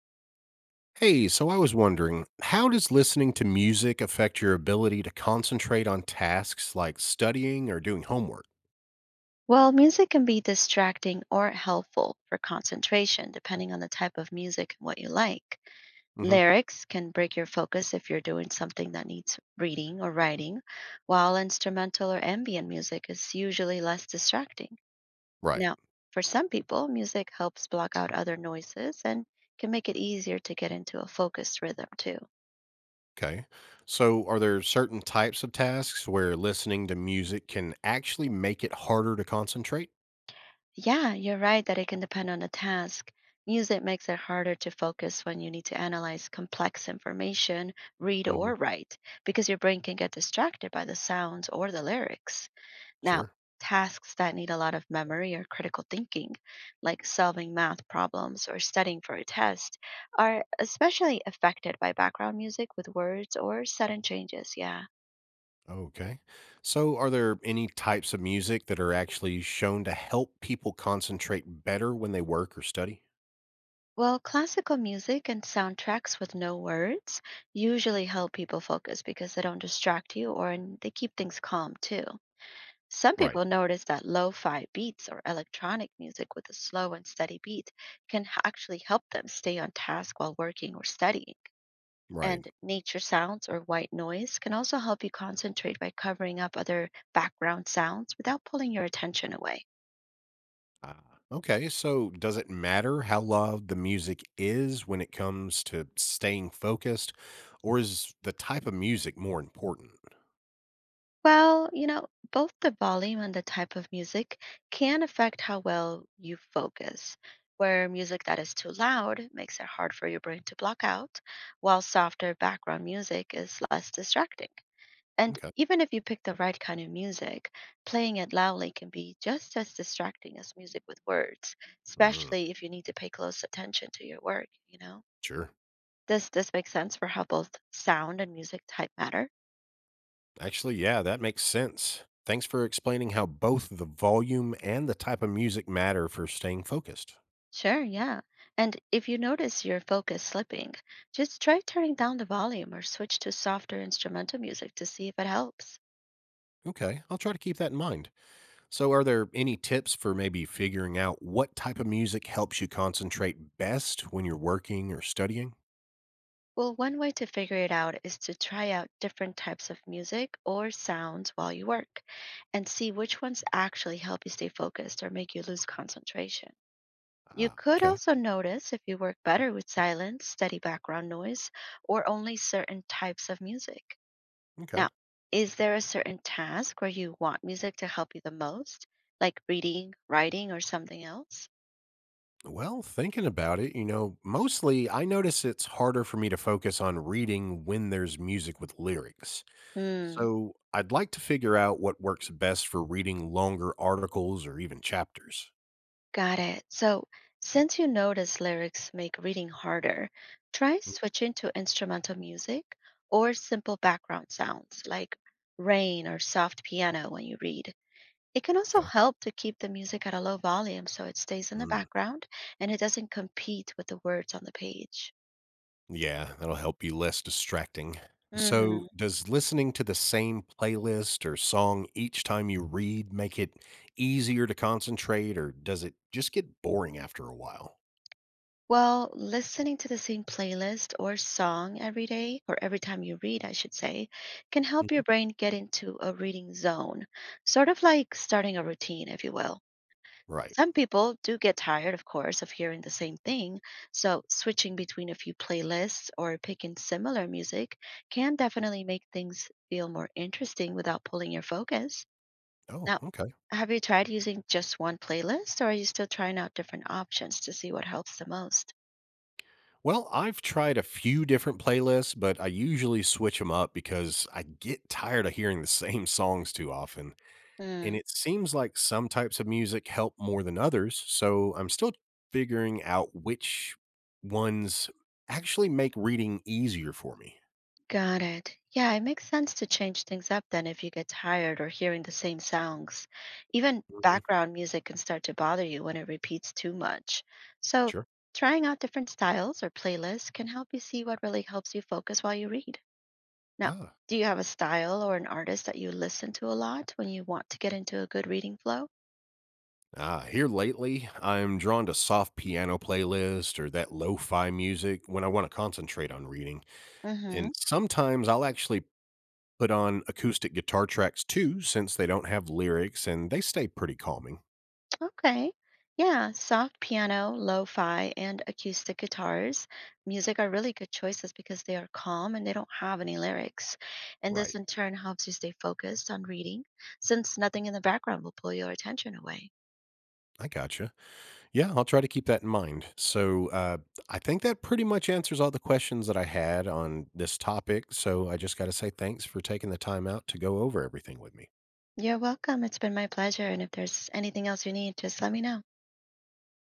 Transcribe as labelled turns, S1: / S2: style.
S1: Hey, so I was wondering, how does listening to music affect your ability to concentrate on tasks like studying or doing homework?
S2: Well, music can be distracting or helpful for concentration, depending on the type of music and what you like.
S1: Hmm.
S2: Lyrics can break your focus if you're doing something that needs reading or writing, while instrumental or ambient music is usually less distracting.
S1: Right.
S2: Now, for some people, music helps block out other noises and can make it easier to get into a focused rhythm, too.
S1: Okay. So, are there certain types of tasks where listening to music can actually make it harder to concentrate?
S2: Yeah, you're right that it can depend on the task. Music makes it harder to focus when you need to analyze complex information, read
S1: Hmm.
S2: or write, because your brain can get distracted by the sounds or the lyrics. Now,
S1: Sure.
S2: tasks that need a lot of memory or critical thinking, like solving math problems or studying for a test, are especially affected by background music with words or sudden changes. Yeah.
S1: Okay. So, are there any types of music that are actually shown to help people concentrate better when they work or study?
S2: Well, classical music and soundtracks with no words usually help people focus because they don't distract you or and they keep things calm too. Some
S1: Right.
S2: people notice that lo-fi beats or electronic music with a slow and steady beat actually help them stay on task while working or studying.
S1: Right.
S2: And nature sounds or white noise can also help you concentrate by covering up other background sounds without pulling your attention away.
S1: Ah, okay. So, does it matter how loud the music is when it comes to staying focused, or is the type of music more important?
S2: Well, you know, Both the volume and the type of music can affect how well you focus, where music that is too loud makes it hard for your brain to block out, while softer background music is less distracting. And
S1: Okay.
S2: even if you pick the right kind of music, playing it loudly can be just as distracting as music with words,
S1: Mm,
S2: especially if you need to pay close attention to your work.
S1: sure.
S2: Does this make sense for how both sound and music type matter?
S1: Actually, yeah, that makes sense. Thanks for explaining how both the volume and the type of music matter for staying focused.
S2: Sure, yeah. And if you notice your focus slipping, just try turning down the volume or switch to softer instrumental music to see if it helps.
S1: Okay, I'll try to keep that in mind. So, are there any tips for maybe figuring out what type of music helps you concentrate best when you're working or studying?
S2: Well, one way to figure it out is to try out different types of music or sounds while you work and see which ones actually help you stay focused or make you lose concentration. You
S1: Ah,
S2: could
S1: okay.
S2: also notice if you work better with silence, steady background noise, or only certain types of music.
S1: Okay.
S2: Now, is there a certain task where you want music to help you the most, like reading, writing, or something else?
S1: Well, thinking about it, mostly I notice it's harder for me to focus on reading when there's music with lyrics.
S2: Hmm,
S1: So I'd like to figure out what works best for reading longer articles or even chapters.
S2: got it. So, since you notice lyrics make reading harder, try
S1: Mm.
S2: switching to instrumental music or simple background sounds like rain or soft piano when you read. It can also
S1: Okay.
S2: help to keep the music at a low volume so it stays in the
S1: Mm.
S2: background and it doesn't compete with the words on the page.
S1: Yeah, that'll help be less distracting. So,
S2: Mhm.
S1: does listening to the same playlist or song each time you read make it easier to concentrate, or does it just get boring after a while?
S2: Well, listening to the same playlist or song every day, or every time you read, I should say, can help
S1: Mhm.
S2: your brain get into a reading zone, sort of like starting a routine, if you will.
S1: Right.
S2: Some people do get tired, of course, of hearing the same thing, so switching between a few playlists or picking similar music can definitely make things feel more interesting without pulling your focus.
S1: Oh,
S2: Now,
S1: okay.
S2: have you tried using just one playlist, or are you still trying out different options to see what helps the most?
S1: Well, I've tried a few different playlists, but I usually switch them up because I get tired of hearing the same songs too often. And
S2: Hmm.
S1: it seems like some types of music help more than others. So I'm still figuring out which ones actually make reading easier for me.
S2: Got it. Yeah, it makes sense to change things up then if you get tired or hearing the same sounds. Even
S1: Mhm.
S2: background music can start to bother you when it repeats too much. So,
S1: Sure.
S2: trying out different styles or playlists can help you see what really helps you focus while you read. Now,
S1: Ah.
S2: do you have a style or an artist that you listen to a lot when you want to get into a good reading flow?
S1: Ah, here lately, I'm drawn to soft piano playlist or that lo-fi music when I want to concentrate on reading.
S2: Mm hmm.
S1: And sometimes I'll actually put on acoustic guitar tracks too, since they don't have lyrics and they stay pretty calming.
S2: Okay. Yeah, soft piano, lo-fi, and acoustic guitars music are really good choices because they are calm and they don't have any lyrics. And this
S1: Right.
S2: in turn helps you stay focused on reading since nothing in the background will pull your attention away.
S1: I gotcha. Yeah, I'll try to keep that in mind. So I think that pretty much answers all the questions that I had on this topic. So I just got to say thanks for taking the time out to go over everything with me.
S2: You're welcome. It's been my pleasure. And if there's anything else you need, just let me know.